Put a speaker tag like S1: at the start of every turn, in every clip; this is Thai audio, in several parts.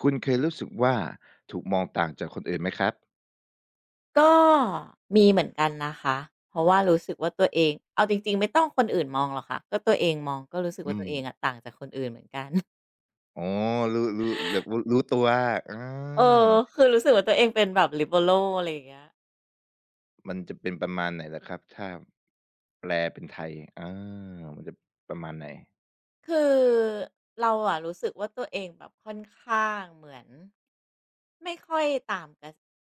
S1: คุณเคยรู้สึกว่าถูกมองต่างจากคนอื่นไหมครับ
S2: ก็มีเหมือนกันนะคะ เพราะว่ารู้สึกว่าตัวเองเอาจริงๆไม่ต้องคนอื่นมองหรอกค่ะก็ตัวเองมองก็รู้สึก
S1: อื
S2: ว่าตัว
S1: ม
S2: เองอะต่างจากคนอื่นเหมือนกัน
S1: อ๋อรู้แบบรู้ตัวอา
S2: เออคือรู้สึกว่าตัวเองเป็นแบบ liberal อะไรอย่างเงี้ย
S1: มันจะเป็นประมาณไหนล่ะครับถ้าแปลเป็นไทยอามันจะประมาณไหน
S2: คือเราอะรู้สึกว่าตัวเองแบบค่อนข้างเหมือนไม่ค่อยตามกระ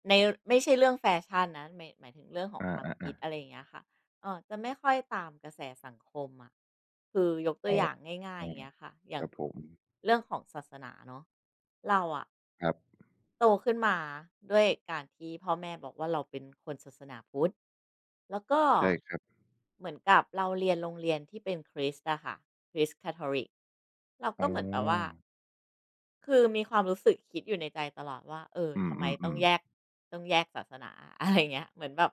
S2: ในไม่ใช่เรื่องแฟชั่นนะหมายถึงเรื่องขอ
S1: อ
S2: งความ
S1: า
S2: คิด
S1: ๆ
S2: อะไรอย่างเงี้ยค่ะ จะไม่ค่อยตามกระแสสังคมอะะคือยก
S1: ๆ
S2: ตัว
S1: อ๋อ
S2: อย่างง่ายๆอย่างเงี้ยค่ะอ
S1: ค
S2: ย่าง
S1: รับผม
S2: เรื่องของศาสนาเนาะเราอะะ
S1: ครับ
S2: โตขึ้นมาด้วยการที่พ่อแม่บอกว่าเราเป็นคนศาสนาพุทธแล้วก็
S1: ใช่ครับ
S2: เหมือนกับเราเรียนโรงเรียนที่เป็นคริสต์อะค่ะคริสต์คาทอลิกเรา
S1: อ๋
S2: ก็เหมือนแบบว่า
S1: อ
S2: คือมีความรู้สึกคิดอยู่ในใจตลอดว่าเออ
S1: อื
S2: ทำไมต้อง
S1: ม
S2: แย
S1: ๆ
S2: ก
S1: ๆ
S2: ต้องแยกศาสนา อะไรเงี้ยเหมือนแบบ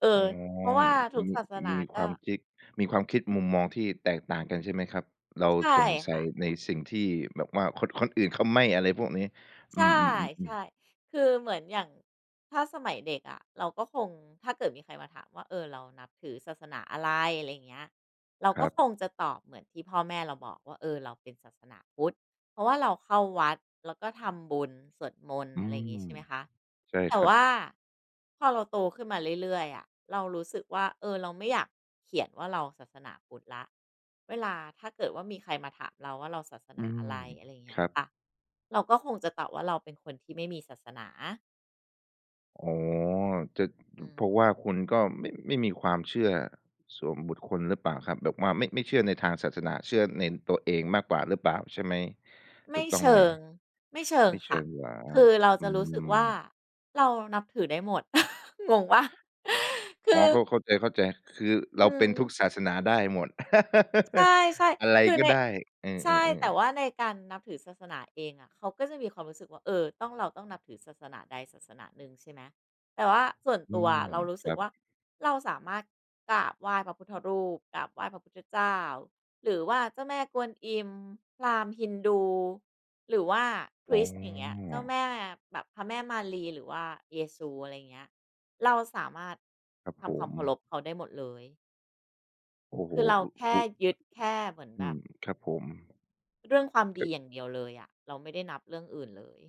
S2: เอ
S1: อ๋
S2: อเพราะ
S1: อ
S2: ว่าทุก
S1: มี
S2: ศาสนา
S1: มีค
S2: ก็
S1: วามคิดมีความคิดมุมมองที่แตกต่างกันใช่ไหมครับ เรา
S2: ใช่
S1: สงสัย
S2: ค่ะ
S1: ในสิ่งที่แบบว่าคนอื่นเขาไม่อะไรพวกนี้อื
S2: ใช่
S1: มๆ
S2: ใช่
S1: ๆๆ
S2: คือเหมือนอย่างถ้าสมัยเด็กอะะเราก็คงถ้าเกิดมีใครมาถามว่าเออเรานับถือศาสนาอะไรอะไรอย่างเงี้ยเรา
S1: ค
S2: ก็
S1: รั
S2: คง
S1: บ
S2: จะตอบเหมือนที่พ่อแม่เราบอกว่าเออเราเป็นศาสนาพุทธเพราะว่าเราเข้าวัดแล้วก็ทำบุญสวดมนต์
S1: อื
S2: อะไรอย่าง
S1: ม
S2: งี้ใช่ไหมคะ
S1: ใช่ค
S2: แต่
S1: รับ
S2: ว่าพอเราโตขึ้นมาเรื่อยๆอะะเรารู้สึกว่าเออเราไม่อยากเขียนว่าเราศาสนาพุทธละเวลาถ้าเกิดว่ามีใครมาถามเราว่าเราศาส
S1: อื
S2: นาอะ
S1: ม
S2: ไรอะไรอย่าง
S1: ค
S2: เงี้ย
S1: รับ
S2: ค่ะ เราก็คงจะตอบว่าเราเป็นคนที่ไม่มีศาสนา
S1: อ๋อจะ
S2: อืม
S1: เพราะว่าคุณก็ไม่มีความเชื่อส่วนบุคคลหรือเปล่าครับแบบว่าไม่เชื่อในทางศาสนาเชื่อในตัวเองมากกว่าหรือเปล่าใช่ไหมถู
S2: ไม่
S1: กต้องไห
S2: เชิ
S1: ม
S2: ง ไม่เชิง
S1: ไม่เชิ
S2: ค่ะ
S1: งเหรอ
S2: คือเรา
S1: อื
S2: จะรู้สึก
S1: ม
S2: ว่าเรานับถือได้หมด งงว่าคือ
S1: อ๋อเข้าใจเข้าใจคือ
S2: อื
S1: เราเป็น
S2: ม
S1: ทุกศาสนาได้หมด
S2: ใช่
S1: อะไร
S2: ๆคือ
S1: ก็
S2: ใน
S1: ได้เอ
S2: ใช่
S1: อ
S2: แต่
S1: ๆๆ
S2: ว่าในการนับถือศาสนาเองอะเขาก็จะมีความรู้สึกว่าเออ ต้องเราต้องนับถือศาสนาใดศาสนาหนึ่งใช่ไหมแต่ว่าส่วน
S1: อื
S2: ตัว
S1: ม
S2: เรารู้
S1: ค
S2: สึ
S1: รั
S2: ก
S1: บ
S2: ว่าเราสามารถกราบไหว้พระพุทธรูปกราบไหว้พระพุทธเจ้าหรือว่าเจ้าแม่กวนอิมพราหมณ์ฮินดูหรือว่าค
S1: อ๋
S2: ริสต์อย่างเงี้ย
S1: อ
S2: เจ้าแม่แบบพระแม่มารีหรือว่าเยซูอะไรอย่างเงี้ยเราสามารถ
S1: ครับผ
S2: ทำควา
S1: ม
S2: มเคารพเขาได้หมดเลย
S1: โอ้โฮ
S2: คือเรา
S1: คุ
S2: แค่
S1: คุ
S2: ยึดแค่เหมือนแบ
S1: อื
S2: บ
S1: มครับผม
S2: เรื่องความดีอย่างเดียวเลยอะเราไม่ได้นับเรื่องอื่นเลย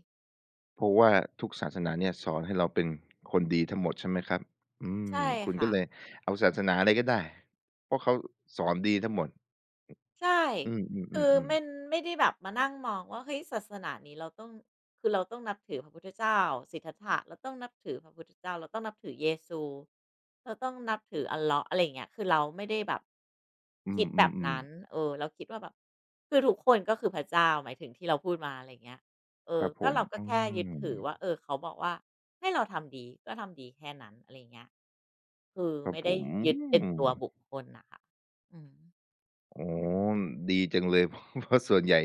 S1: เพราะว่าทุกศาสนาเนี่ยสอนให้เราเป็นคนดีทั้งหมดใช่ไหมครับอืม
S2: ใช่
S1: คุณก็
S2: ค่ะ
S1: เลยเอาศาสนาอะไรก็ได้ เพราะเขาสอนดีทั้งหมด
S2: ใช่
S1: อืม
S2: คือ
S1: ๆ
S2: มั
S1: ๆๆ
S2: นไม่ได้แบบมานั่งมองว่าเฮ้ยศาสนานี้เราต้องคือเราต้องนับถือพระพุทธเจ้าสิทธัตถะเราต้องนับถือพระพุทธเจ้าเราต้องนับถือเยซูเราต้องนับถืออัลเลาะห์อะไรอย่างเงี้ยคือเราไม่ได้แบบ
S1: อื
S2: คิดแบบ
S1: ม
S2: นั้
S1: ๆ
S2: น
S1: ๆ
S2: เออเราคิดว่าแบบคือทุกคนก็คือพระเจ้าหมายถึงที่เราพูดมาอะไรอย่างเงี้ยเอ
S1: ค
S2: อ
S1: รับผ
S2: ก็
S1: ม
S2: เราก็
S1: อื
S2: แค่ยึด
S1: ม
S2: ถือว่าเออเขาบอกว่าให้เราทำดีก็ทำดีแค่นั้นอะไรอย่างเงี้ย คือ
S1: ครับ
S2: ไม่
S1: ผ
S2: ได้
S1: ม
S2: ยึดเป็น
S1: อืม
S2: ตัวบุคคลน่ะค่ะอืม
S1: อ๋อดีจังเลย เพราะส่วนใหญ่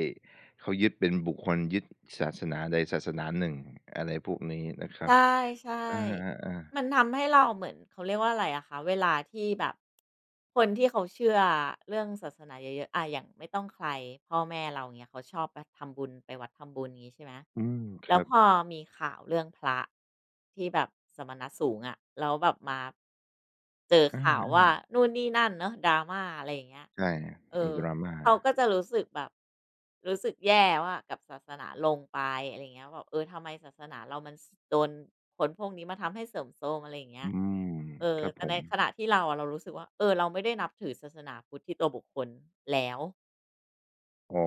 S1: เขายึดเป็นบุคคลยึดศาสนาใดศาสนาหนึ่งอะไรพวกนี้นะค
S2: ใ
S1: รับ
S2: ช่
S1: อาๆ
S2: ๆมัน
S1: ๆ
S2: ทำให้เราเหมือนเขาเรียกว่าอะไรอะคะเวลาที่แบบคนที่เขาเชื่อเรื่องศาสนาเยอะๆอะอย่างไม่ต้องใครพ่อแม่เราอย่างเงี้ยเขาชอบไปทำบุญไปวัดทำบุญงี้ใช่ไหม
S1: อืมค
S2: แล้ว
S1: รับ
S2: พอมีข่าวเรื่องพระที่แบบสมณะสูงอะแล้วแบบมาเจอข่าว
S1: อา
S2: ว่านู่นนี่นั่นเนาะ drama อะไรอย่างเงี้ย
S1: ๆใช่
S2: เอ
S1: มี
S2: อ
S1: drama
S2: เขาก็จะรู้สึกแบบรู้สึกแย่ว่ากับศาสนาลงไปอะไรอย่างเงี้ยแบบเออทำไมศาสนาเรามันสโดนคนพวกนี้มาทำให้เสื่อมโทรมอะไรอย่างเงี้ย
S1: อืม
S2: เออ
S1: ครับ
S2: แต่
S1: ผ
S2: ใน
S1: ม
S2: ขณะที่เราอะเรารู้สึกว่าเออเราไม่ได้นับถือศาสนาพุทธที่ตัวบุคคลแล้ว
S1: อ๋อ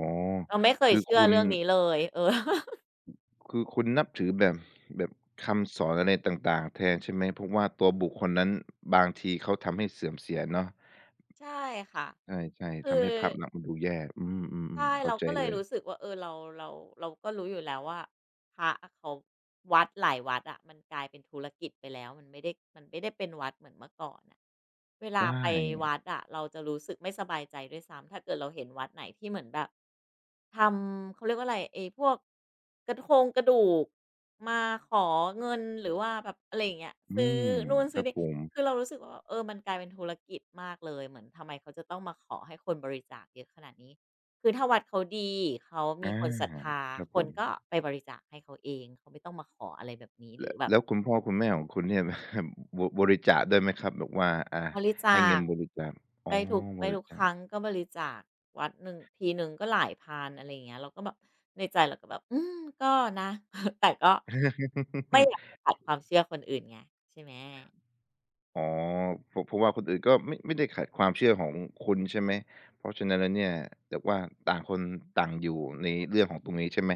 S2: เราไม่เคย
S1: คือ
S2: เชื่อ
S1: คุณ
S2: เรื่องนี้เลยเออ
S1: คือคุณนับถือแบบแบบคำสอนอะไรต่างๆ แทนใช่ไหม เพราะว่าตัวบุคคลนั้นบางทีเขาทำให้เสื่อมเสียเนาะ
S2: ใช่ค่ะ
S1: ใช่ๆ
S2: คือ
S1: ทำให้ภาพลักษณ์มันดูแย่อืม
S2: ใช่
S1: ๆๆเข้า
S2: เรา
S1: ใจ
S2: ก็เลย
S1: เลย
S2: รู้สึกว่าเออเราเราก็รู้อยู่แล้วว่าพระอะเขาวัดหลายวัดอะมันกลายเป็นธุรกิจไปแล้วมันไม่ได้เป็นวัดเหมือนเมื่อก่อนน่ะเวลา
S1: ได้
S2: ไปวัดอะเราจะรู้สึกไม่สบายใจด้วยซ้ำถ้าเกิดเราเห็นวัดไหนที่เหมือนแบบทำเขาเรียกว่าอะไรไอ้พวกกระโครงกระดูกมาขอเงินหรือว่าแบบอะไรอย่างเงี้ย
S1: อื
S2: ซื้อ
S1: ม
S2: นู่น
S1: ค
S2: ซื้อ
S1: รับ
S2: นี่
S1: ผม
S2: คือเรารู้สึกว่าเออมันกลายเป็นธุรกิจมากเลยเหมือนทำไมเขาจะต้องมาขอให้คนบริจาคเยอะขนาดนี้ คือถ้าวัดเขาดีเขามี
S1: อา
S2: คนศรัทธา
S1: ครับ
S2: ค
S1: ผ
S2: น
S1: ม
S2: ก็ไปบริจาคให้เขาเองเขาไม่ต้องมาขออะไรแบบนี้หรื
S1: แล้
S2: อ
S1: ว
S2: แบบ
S1: แล้วคุณพ่อคุณแม่ของคุณเนี่ย บบริจาคด้วยไหมครับแบบว่าอา
S2: บริ
S1: ให้
S2: จา
S1: เงิ
S2: ค
S1: นบริจาคอ๋อ
S2: ไปทุกไป
S1: บริ
S2: ทุกค
S1: จา
S2: รั้ง
S1: ค
S2: ก็บริจาควัดหนึ่งทีหนึ่งก็หลายพันอะไรอย่างเงี้ยเราก็แบบในใจเราก็แบบอืมก็นะ แต่ก็ไม่อยากไปขัดความเชื่อคนอื่นไงใช่ไหม
S1: อ๋อเพราะว่าคนอื่นก็ไม่ได้ขัดความเชื่อของคุณใช่ไหมเพราะฉะนั้นแล้วเนี่ยแต่ว่าต่างคนต่างอยู่ในเรื่องของตรงนี้ใช่ไหม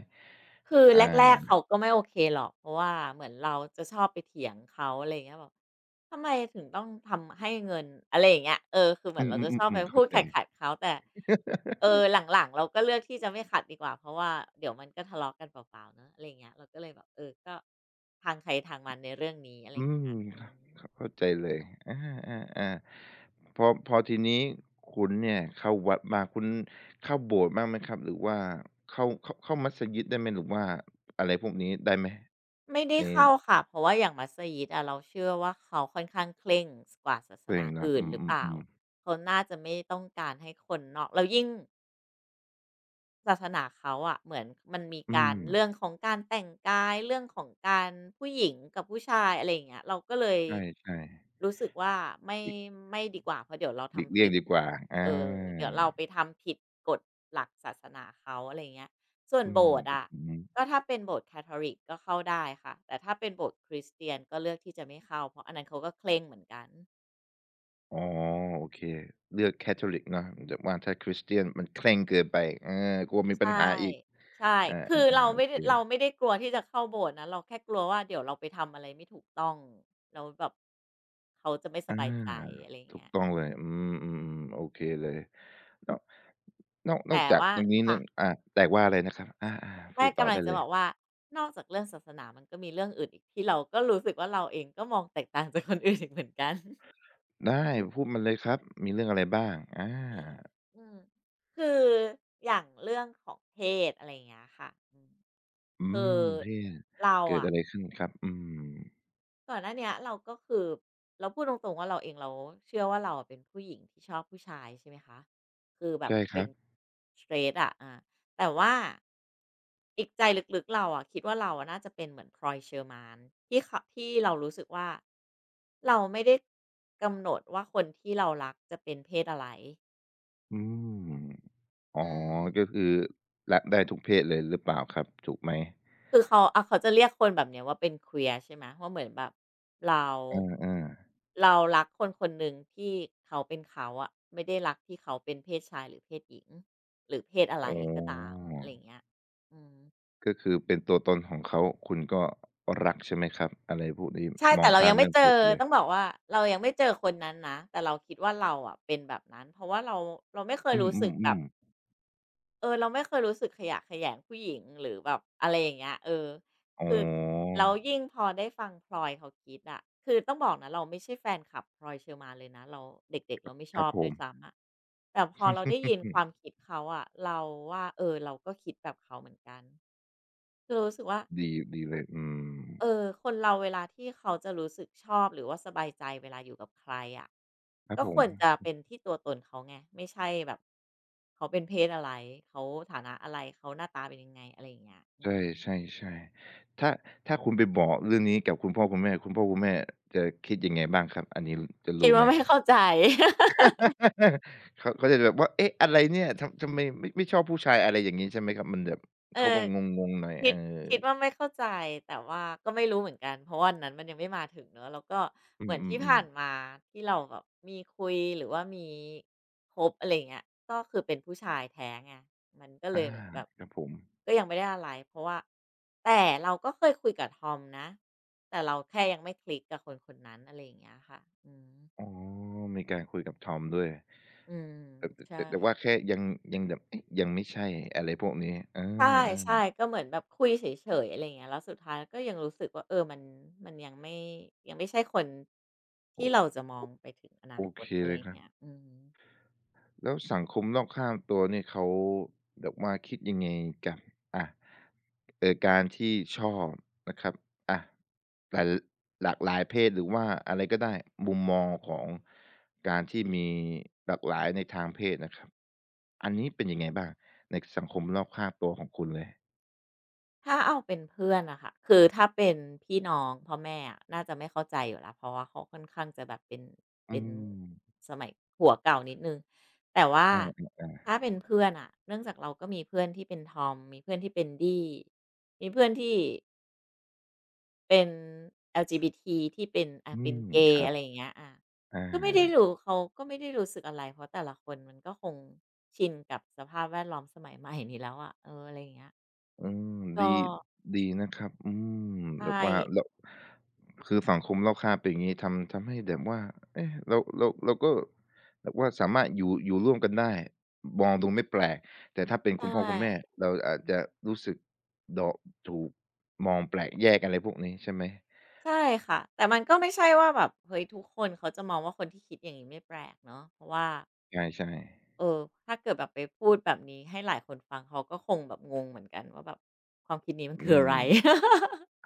S2: คือแรก
S1: อา
S2: ๆเขาก็ไม่โอเคหรอกเพราะว่าเหมือนเราจะชอบไปเถียงเขาอะไรอย่างเงี้ยแบบทำไมถึงต้องทำให้เงินอะไรอย่างเงี้ยเออคือเหมื
S1: อื
S2: อนเราจะชอบไป
S1: มๆๆๆ
S2: พู
S1: เข้า
S2: ด
S1: ใจ
S2: ขัดๆเขาแต่เออหลังๆเราก็เลือกที่จะไม่ขัดดีกว่าเพราะว่าเดี๋ยวมันก็ทะเลาะกันเปล่าๆเนาะอะไรอย่างเงี้ยเราก็เลยแบบเออก็ทางใครทางมันในเรื่องนี้อะไร
S1: อื
S2: อย่างเงี้
S1: ม
S2: ยอื
S1: ครับ
S2: ม
S1: ครับเข้าใจเลยอ
S2: อืม
S1: าๆๆพอพอทีนี้คุณเนี่ยเข้าวัดมาคุณเข้าโบสถ์บ้างไหมครับหรือว่าเข้ามัสยิดได้ไหมหรือว่าอะไรพวกนี้ได้ไหม
S2: ไม่ได้
S1: ใน
S2: เข้าค่ะ เพราะว่าอย่างมัสยิดอะเราเชื่อว่าเขาค่อนข้างเคร่งสกว่าศาส
S1: ตัวเอ
S2: นา
S1: งเนาะ
S2: อื่น
S1: อื
S2: หรือเปล่า
S1: มๆๆ
S2: เขาน่าจะไม่ต้องการให้คนนอกแล้วยิ่ง ศาสนาเขาอะเหมือนมันมี
S1: อื
S2: กา
S1: ม
S2: รเรื่องของการแต่งกายเรื่องของการผู้หญิงกับผู้ชายอะไรอย่างเงี้ยเราก็เลย
S1: ใช่ๆ
S2: รู้สึกว่าไม่
S1: หลีก
S2: ไม่ดีกว่าเพราะเดี๋ยวเรา
S1: หลีก
S2: ทำ
S1: เลี่ย
S2: ผิ
S1: ง
S2: ด
S1: ดีกว่าอา
S2: เออเดี๋ยวเราไปทำผิดกฎหลักศาสนาเขาอะไราเงี้ยส่วน
S1: อื
S2: โบ
S1: ม
S2: สถ์
S1: ครับ
S2: อะ
S1: อือฮึ
S2: ก็ถ้าเป็นโบสถ์คาทอลิกก็เข้าได้ค่ะแต่ถ้าเป็นโบสถ์คริสเตียนก็เลือกที่จะไม่เข้าเพราะอันนั้นเขาก็เคร่งเหมือนกัน
S1: อ๋อโอเคเลือกแคทอลิกเนาะแต่ว่าถ้าคริสเตียนมันเคร่งเกินไปเออกลัวมีปั
S2: ใช่
S1: ญหาอีก
S2: ใช่
S1: อา
S2: คือเรา
S1: ๆๆโอ
S2: ไม่
S1: เค
S2: ได้เราไม่ได้กลัวที่จะเข้าโบสถ์นะเราแค่กลัวว่าเดี๋ยวเราไปทำอะไรไม่ถูกต้องแล้วแบบเขาจะไม่ส
S1: อา
S2: บายใจอะไรอย่าง
S1: ถูก
S2: เงี้ย
S1: ต้อ
S2: อื
S1: งเล
S2: ม
S1: ยอืมๆๆโอเคเลยนอกนอก
S2: แต่
S1: จาก
S2: ว่า
S1: ตรงนี้เรื่
S2: ค่ะ
S1: องแต่ว่าอะไรนะครับอาๆพู
S2: ไม่
S1: ดต่อ
S2: กำลั
S1: ได้
S2: งจะ
S1: เล
S2: บ
S1: ย
S2: อกว่านอกจากเรื่องศาสนามันก็มีเรื่องอื่นอีกที่เราก็รู้สึกว่าเราเองก็มองแตกต่างจากคนอื่นอีกเหมือนกัน
S1: ได้พูดมาเลยครับมีเรื่องอะไรบ้างอา
S2: อืมคืออย่างเรื่องของเพศอะไรอย่างเงี้ยค่ะอืม
S1: อื
S2: คื
S1: ม
S2: อ
S1: เนี่
S2: เรา
S1: เกิด
S2: อะ
S1: อะไรขึ้นครับอืม
S2: ก่อนหน้าเนี้ยเราก็คือเราพูดตรงๆว่าเราเองเราเชื่อว่าเราอะเป็นผู้หญิงที่ชอบผู้ชายใช่ไหมคะคือแบบ
S1: ใช่ค
S2: เป็
S1: รั
S2: น
S1: บ
S2: ส t r a ท g อะแต่ว่าอีกใจลึกๆเราอะคิดว่าเราอะน่าจะเป็นเหมือน t อยเชอร์ m a นที่เขาที่เรารู้สึกว่าเราไม่ได้กำหนดว่าคนที่เรารักจะเป็นเพศอะไร
S1: อืม อ๋อ
S2: อืม
S1: ก็คือรักได้ทุกเพศเลยหรือเปล่าครับถูกไหม
S2: คือเขาอ่าเขาจะเรียกคนแบบเนี้ยว่าเป็น queer ใช่ไหมว่าเหมือนแบบเรา
S1: อา
S2: เรารักคนคนหนึ่งที่เขาเป็นเขาอะไม่ได้รักที่เขาเป็นเพศชายหรือเพศหญิงหรือเพศอะ
S1: ๆ
S2: ไร
S1: อ๋
S2: ก็ตาม
S1: อ
S2: อะไรอย่างเงี้ยอืม
S1: ก็คือเป็นตัวตนของเขาคุณก็รักใช่ไหมครับอะไรพวกนี้
S2: ใช่
S1: มอ
S2: แต่
S1: ง
S2: เรา
S1: ข้า
S2: ยั
S1: ม
S2: งไม่
S1: เรื่อง
S2: เจอ
S1: เพศไปเลย
S2: ต้องบอกว่าเรายังไม่เจอคนนั้นนะแต่เราคิดว่าเราอะเป็นแบบนั้นเพราะว่าเราเราไม่เคย
S1: อื
S2: รู้สึกแบบ
S1: มๆๆ
S2: เออเราไม่เคยรู้สึกขยะแขยงผู้หญิงหรือแบบอะไรอย่างเงี้ยเออ
S1: อ๋
S2: คือ
S1: อ
S2: แล้วยิ่งพอได้ฟังพลอยเขาคิดอะคือต้องบอกนะเราไม่ใช่แฟนคลับพลอยเชอร์มานเลยนะเราเด็กๆเราไม่ช
S1: ครั
S2: อ
S1: บ
S2: บ
S1: ผ
S2: ด้ว
S1: ม
S2: ยซ้ำอะแต่พอเราได้ยินค วามคิดเขาอะเราว่าเออเราก็คิดแบบเขาเหมือนกันคือเรารู้สึกว่า
S1: ดีดีเลยอืม
S2: เออคนเราเวลาที่เขาจะรู้สึกชอบหรือว่าสบายใจเวลาอยู่กับใครอะ
S1: ครับ
S2: ก็
S1: ผ
S2: ค
S1: ม
S2: วรจะเป็นที่ตัวตนเขาไงไม่ใช่แบบเขาเป็นเพศอะไรเขาฐานะอะไรเขาหน้าตาเป็นยังไงอะไรอย่างเงี้ยอื
S1: ใ
S2: ม
S1: ช่ๆๆถ้าถ้าคุณไปบอกเรื่องนี้กับคุณพ่อคุณแม่คุณพ่อคุณแม่จะคิดยังไงบ้างครับอันนี้จะ
S2: คิด
S1: รู้ไห
S2: ว่า
S1: ม
S2: ไม่เข้าใจ
S1: เขาเขาจะแบบว่าเอ๊ะอะไรเนี่ยทำทำไมไม่ไม่ชอบผู้ชายอะไรอย่างงี้ใช่ไหมครับมันแบบ
S2: เอ
S1: เขา
S2: อ
S1: ก็งงๆหน่อย
S2: คิ
S1: เออ
S2: ดคิดว่าไม่เข้าใจแต่ว่าก็ไม่รู้เหมือนกันเพราะวันนั้นมันยังไม่มาถึงเนาะแล้วก็
S1: อื
S2: เหมือนที่
S1: ม
S2: ผ่าน
S1: ๆๆ
S2: มาที่เราแบบมีคุยหรือว่ามีคบอะไรอย่างเงี้ยก็คือเป็นผู้ชายแท้ไงมันก็เล
S1: อา
S2: ยเหมือนแบบ
S1: ครับผม
S2: ก็ยังไม่ได้อะไรเพราะว่าแต่เราก็เคยคุยกับทอมนะแต่เราแค่ยังไม่คลิกกับคนคนนั้นอะไรอย่างเงี้ยค่ะอืม
S1: อ๋อมีการคุยกับทอมด้วย
S2: อืมใช่
S1: แต่ว่าแค่ยังยังแบบเอ๊ะยังไม่ใช่อะไรพวกนี้เออ
S2: ใช่ๆ
S1: ๆ
S2: ก็เหมือนแบบคุยเฉยๆอะไรอย่างเงี้ยแล้วสุดท้ายก็ยังรู้สึกว่าเออมันมันยังไม่ยังไม่ใช่คนที่
S1: โอ
S2: เราจะมองไปถึงอนา
S1: โอ
S2: ค
S1: เค
S2: ตอะไร
S1: เล
S2: อ
S1: ย
S2: ย่า
S1: ค
S2: ง
S1: รับ
S2: เงี้ยอือฮึ
S1: แล้วสังคมรอบข้างตัวเนี่ยเขาแบบว่าคิดยังไงกับอ่าการที่ชอบนะครับอ่ะหลายหลากหลายเพศหรือว่าอะไรก็ได้มุมมองของการที่มีหลากหลายในทางเพศนะครับอันนี้เป็นยังไงบ้างในสังคมรอบข้างตัวของคุณเลย
S2: ถ้าเอาเป็นเพื่อนอะค่ะคือถ้าเป็นพี่น้องพ่อแม่อะน่าจะไม่เข้าใจอยู่แล้วเพราะว่าเขาค่อนข้างจะแบบเป็น
S1: อื
S2: เป็น
S1: ม
S2: สมัยหัวเก่านิดหนึ่งแต่ว่า
S1: อา
S2: ถ้า
S1: ๆ
S2: เป็นเพื่อนอะเนื่องจากเราก็มีเพื่อนที่เป็นทอมมีเพื่อนที่เป็นดี้มีเพื่อนที่ เป็น LGBT ทีที่เป็น
S1: ๆอื
S2: เป็น
S1: ม
S2: เก
S1: ค
S2: ย์
S1: รั
S2: อะ
S1: บ
S2: ไรอย่างเงี้ยอ่า
S1: อา
S2: ก็ไม่ได้รู้เขาก็ไม่ได้รู้สึกอะไรเพราะแต่ละคนมันก็คงชินกับสภาพแวดล้อมสมัยใหม่นี้แล้วอะเอออะไรอย่างเงี้ย
S1: อืม
S2: ก็
S1: ดีดีนะครับอืมแบ
S2: ใช่
S1: บว่าแล้วคือสังคมรอบข้างเป็นอย่างงี้ทำให้แบบว่าเอ๊ะเราก็แบบว่าสามารถอยู่ร่วมกันได้มองดูไม่แปลกแต่ถ้าเป็นคุ
S2: ใช่
S1: ณพ่อคุณแม่เราอาจจะรู้สึกเดาะถูกมองแปลกแยกอะไรพวกนี้ใช่ไหม
S2: ใช่ค่ะแต่มันก็ไม่ใช่ว่าแบบเฮ้ยทุกคนเขาจะมองว่าคนที่คิดอย่างงี้ไม่แปลกเนาะเพราะว่า
S1: ใช่
S2: เออถ้าเกิดแบบไปพูดแบบนี้ให้หลายคนฟังเขาก็คงแบบงงเหมือนกันว่าแบบความคิดนี้มัน
S1: ๆอื
S2: คืออะไร
S1: ม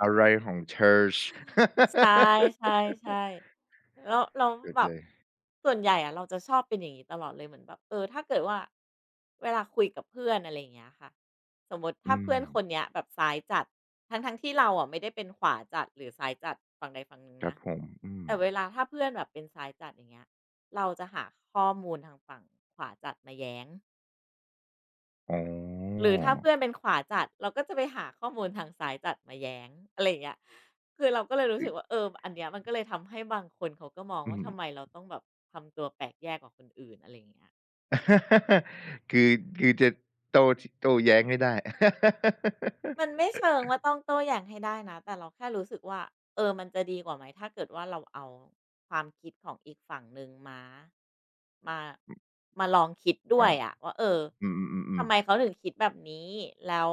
S1: อะไรของเธอ
S2: ใช่ๆๆแล้ว
S1: เข้า
S2: แบ
S1: ใจ
S2: บส่วนใหญ่อะเราจะชอบเป็นอย่างงี้ตลอดเลยเหมือนแบบเออถ้าเกิดว่าเวลาคุยกับเพื่อนอะไรอย่างเงี้ยค่ะสมมุติ
S1: อื
S2: ถ้า
S1: ม
S2: เพื่อนคนเนี้ยแบบซ้ายจัดทั้งๆที่เราอะไม่ได้เป็นขวาจัดหรือซ้ายจัดฝั่งใดฝั่งหนึ่ง
S1: ครับ
S2: นะ
S1: ผมอืม
S2: แต่เวลาถ้าเพื่อนแบบเป็นซ้ายจัดอย่างเงี้ยเราจะหาข้อมูลทางฝั่งขวาจัดมาแย้ง
S1: อ๋
S2: ห
S1: อ
S2: รือถ้าเพื่อนเป็นขวาจัดเราก็จะไปหาข้อมูลทางซ้ายจัดมาแย้งอะไรอย่างเงี้ยคือเราก็เลยรู้สึก
S1: อ
S2: ว่าเอออันเนี้ยมันก็เลยทำให้บางคนเขาก็มอง
S1: อื
S2: ว่า
S1: ม
S2: ทำไมเราต้องแบบทำตัวแปลกแยกกว่าคนอื่นอะไรอย่างเงี้ย
S1: คือคือจะโตโตแย้งไม่ได้
S2: มันไม่เชิงว่าต้องโต้แย้งให้ได้นะแต่เราแค่รู้สึกว่าเออมันจะดีกว่าไหมถ้าเกิดว่าเราเอาความคิดของอีกฝั่งหนึ่งมามาลองคิดด้ว
S1: อา
S2: ยอะว่าเออ
S1: อืมอืมอืมอื
S2: ทำ
S1: ม
S2: ไมเขาถึงคิดแบบนี้แล้ว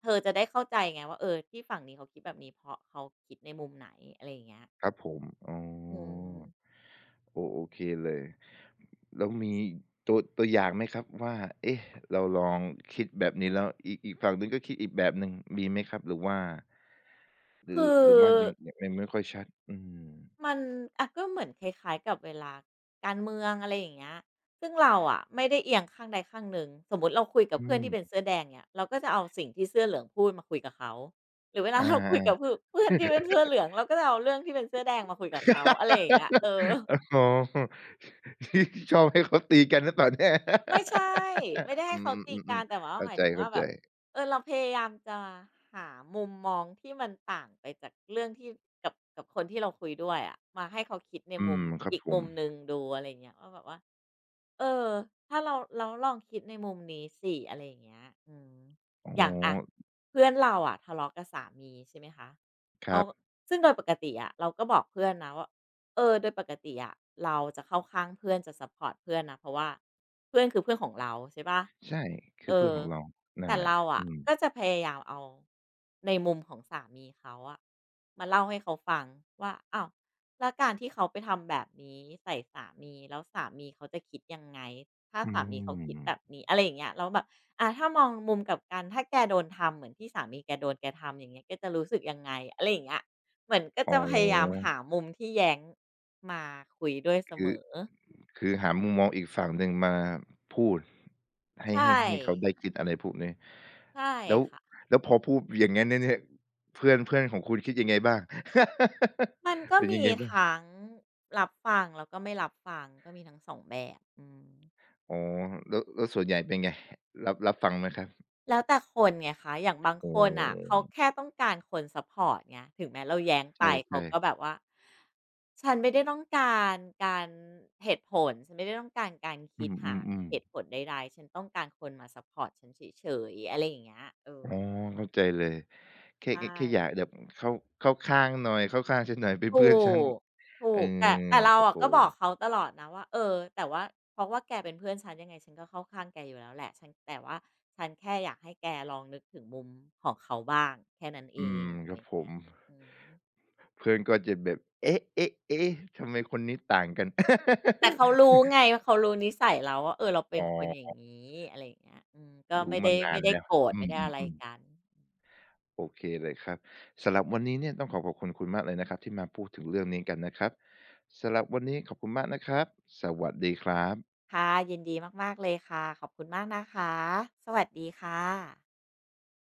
S2: เธอจะได้เข้าใจไงว่าเออที่ฝั่งนี้เขาคิดแบบนี้เพราะเขาคิดในมุมไหนอะไรอย่างเงี้ย
S1: ครับผมอ๋
S2: อื
S1: อ
S2: ม
S1: โอโอเคเลยแล้วมีตัวอย่างไหมครับว่าเอ๊ะเราลองคิดแบบนี้แล้วอีกฝั่งหนึ่งก็คิดอีกแบบหนึ่งมีไหมครับหรือว่าหรือ
S2: คือ
S1: หรือว่ายังไม่ค่อยชัดอืม
S2: มันอะก็เหมือนคล้ายๆกับเวลาการเมืองอะไรอย่างเงี้ยซึ่งเราอะไม่ได้เอียงข้างใดข้างหนึ่งสมมุติเราคุยกับ
S1: อื
S2: เพื่อนที่เป็น
S1: ม
S2: เสื้อแดงเงี้ยเราก็จะเอาสิ่งที่เสื้อเหลืองพูดมาคุยกับเขาหรือเวลา
S1: อา
S2: เราคุยกับ
S1: อ่า
S2: เพื่อนที่เป็นเสื้อเหลืองเราก็จะเอาเรื่องที่เป็นเสื้อแดงมาคุยกับเขาอะไรอย่างเงี้ยเออ
S1: อ๋อ ชอบให้เขาตีกันหรือเปล่าเนี่ย
S2: ไม่ใช่ไม่ได้
S1: อื
S2: ให้เขาตีกั
S1: ม
S2: น
S1: ๆ
S2: แต่
S1: ๆ
S2: ว่า
S1: ๆ
S2: ห
S1: เข้า
S2: มาย
S1: ใ
S2: ถึงว่าแบ
S1: จ
S2: บ
S1: ๆ
S2: เออเราพยายามจะหามุมมองที่มันต่างไปจากเรื่องที่กับคนที่เราคุยด้วยอะมาให้เขาคิดใน
S1: อื
S2: มุม
S1: มครับ
S2: อีก
S1: ผ
S2: มุ
S1: ม
S2: มหนึ่งดูอะไรอย่างเงี้ยว่าแบบว่า เออถ้าเราลองคิดในมุมนี้สิอะไรอย่างเงี้ยอืม
S1: อ๋
S2: อย่างอะ
S1: อ
S2: เพื่อนเราอะทะเลาะกับสามีใช่ไหมคะ
S1: ค
S2: เขา
S1: รับ
S2: ซึ่งโดยปกติอะเราก็บอกเพื่อนนะว่าเออโดยปกติอะเราจะเข้าข้างเพื่อนจะซัปพอร์ตเพื่อนนะเพราะว่าเพื่อนคือเพื่อนของเราใช่เปล่า
S1: ใช่คื
S2: เอ
S1: อเพื่อน
S2: อ
S1: ของเรานั่
S2: แต่
S1: นแหละ
S2: เรา
S1: อื
S2: อะ
S1: ม
S2: ก็จะพยายามเอาในมุมของสามีเขาอะมาเล่าให้เขาฟังว่าอ้าว แล้วการที่เขาไปทำแบบนี้ใส่สามีแล้วสามีเขาจะคิดยังไงถ้า
S1: อื
S2: สามีเขาคิด
S1: ม
S2: แบบนี้อะไรอย่างเงี้ยแล้วแบบอ่าถ้ามองมุมกลับกันถ้าแกโดนทำเหมือนที่สามีแกโดนแกทำอย่างเงี้ยแกจะรู้สึกยังไงอะไรอย่างเงี้ยเหมือนก็
S1: อ๋
S2: จะพยายาม
S1: อ
S2: หามุมที่แย้งมาคุยด้วยเส
S1: คื
S2: ม
S1: อ
S2: อ
S1: คือหามุมมองอีกฝั่งหนึ่งมาพูด
S2: ใช่
S1: ให้เขาได้คิดอะไรพวกนี้
S2: ใช่
S1: แล้ว
S2: ค่ะ
S1: แล้วพอพูดอย่างงั้นเนี่ยเพื่อนเพื่อนของคุณคิดยังไงบ้าง
S2: มันก็
S1: เป็นยั
S2: มี
S1: งไงบ้าง
S2: ทั้งรับฟังแล้วก็ไม่รับฟังก็มีทั้งสองแบบอืม
S1: อ๋อแล้วแล้วส่วนใหญ่เป็นไงรับฟังไหมครับ
S2: แล้วแต่คนไงคะอย่างบาง
S1: อ๋
S2: คนอ่ะเขา
S1: อ
S2: แค่ต้องการคนซัปพอร์ตไงถึงแม้เราแย้ง
S1: ใช
S2: ไปเขา
S1: ่
S2: ก็แบ
S1: ๆ
S2: บว่าฉันไม่ได้ต้องการการเหตุผลฉันไม่ได้ต้องการการ
S1: อื
S2: คิดหา
S1: ม
S2: เห
S1: ๆ
S2: ตุ
S1: ๆ
S2: ผลใดๆฉันต้องการคนมาซัปพอร์ตฉันเฉยๆอะไรอย่างเงี้ยเอ
S1: อ๋
S2: อ
S1: อเข้าใจเลยแค่
S2: ใช่
S1: แค่อยากแบบเข้าเข้าข้างหน่อยเข้าข้างฉันหน่อยเป็นเพื่
S2: ถู
S1: อนฉัน
S2: ก ถู
S1: เออ
S2: ก แต่เรา
S1: โอ้
S2: อะ
S1: โฮ
S2: ก็บอกเขาตลอดนะว่าเออแต่ว่าเพราะว่าแกเป็นเพื่อนฉันยังไงฉันก็เข้าข้างแกอยู่แล้วแหละฉันแต่ว่าฉันแค่อยากให้แกลองนึกถึงมุมของเขาบ้างแค่นั้นเอ
S1: อื
S2: ง
S1: ม
S2: อะ
S1: ค
S2: ไร
S1: รั
S2: อ
S1: บ
S2: ย่า
S1: ผ
S2: งเงี้
S1: ม
S2: ยอืม
S1: เพื่อนก็จะแบบเอ๊ะเอ๊ะเอ๊ะทำไมคนนี้ต่างกัน
S2: แต่เขารู้ ไงว่าเขารู้นิสัยเราว่าเออเราเป็น
S1: อ๋
S2: คนอย่าง
S1: อ
S2: งี้อะไรอย่างเงี้ยอืมก็
S1: รู้
S2: ไม่ได้
S1: มานา
S2: ไม่
S1: น
S2: ได้
S1: แล้ว
S2: โกรธ
S1: อื
S2: ไม่ได้อะไร
S1: มๆๆ
S2: กัน
S1: โอเคเลยครับสำหรับวันนี้เนี่ยต้องขอขอบคุณคุณมากเลยนะครับที่มาพูดถึงเรื่องนี้กันนะครับสำหรับวันนี้ขอบคุณมากนะครับสวัสดีครับ
S2: ค่ะยินดีมากๆเลยค่ะขอบคุณมากนะคะสวัสดีค่ะ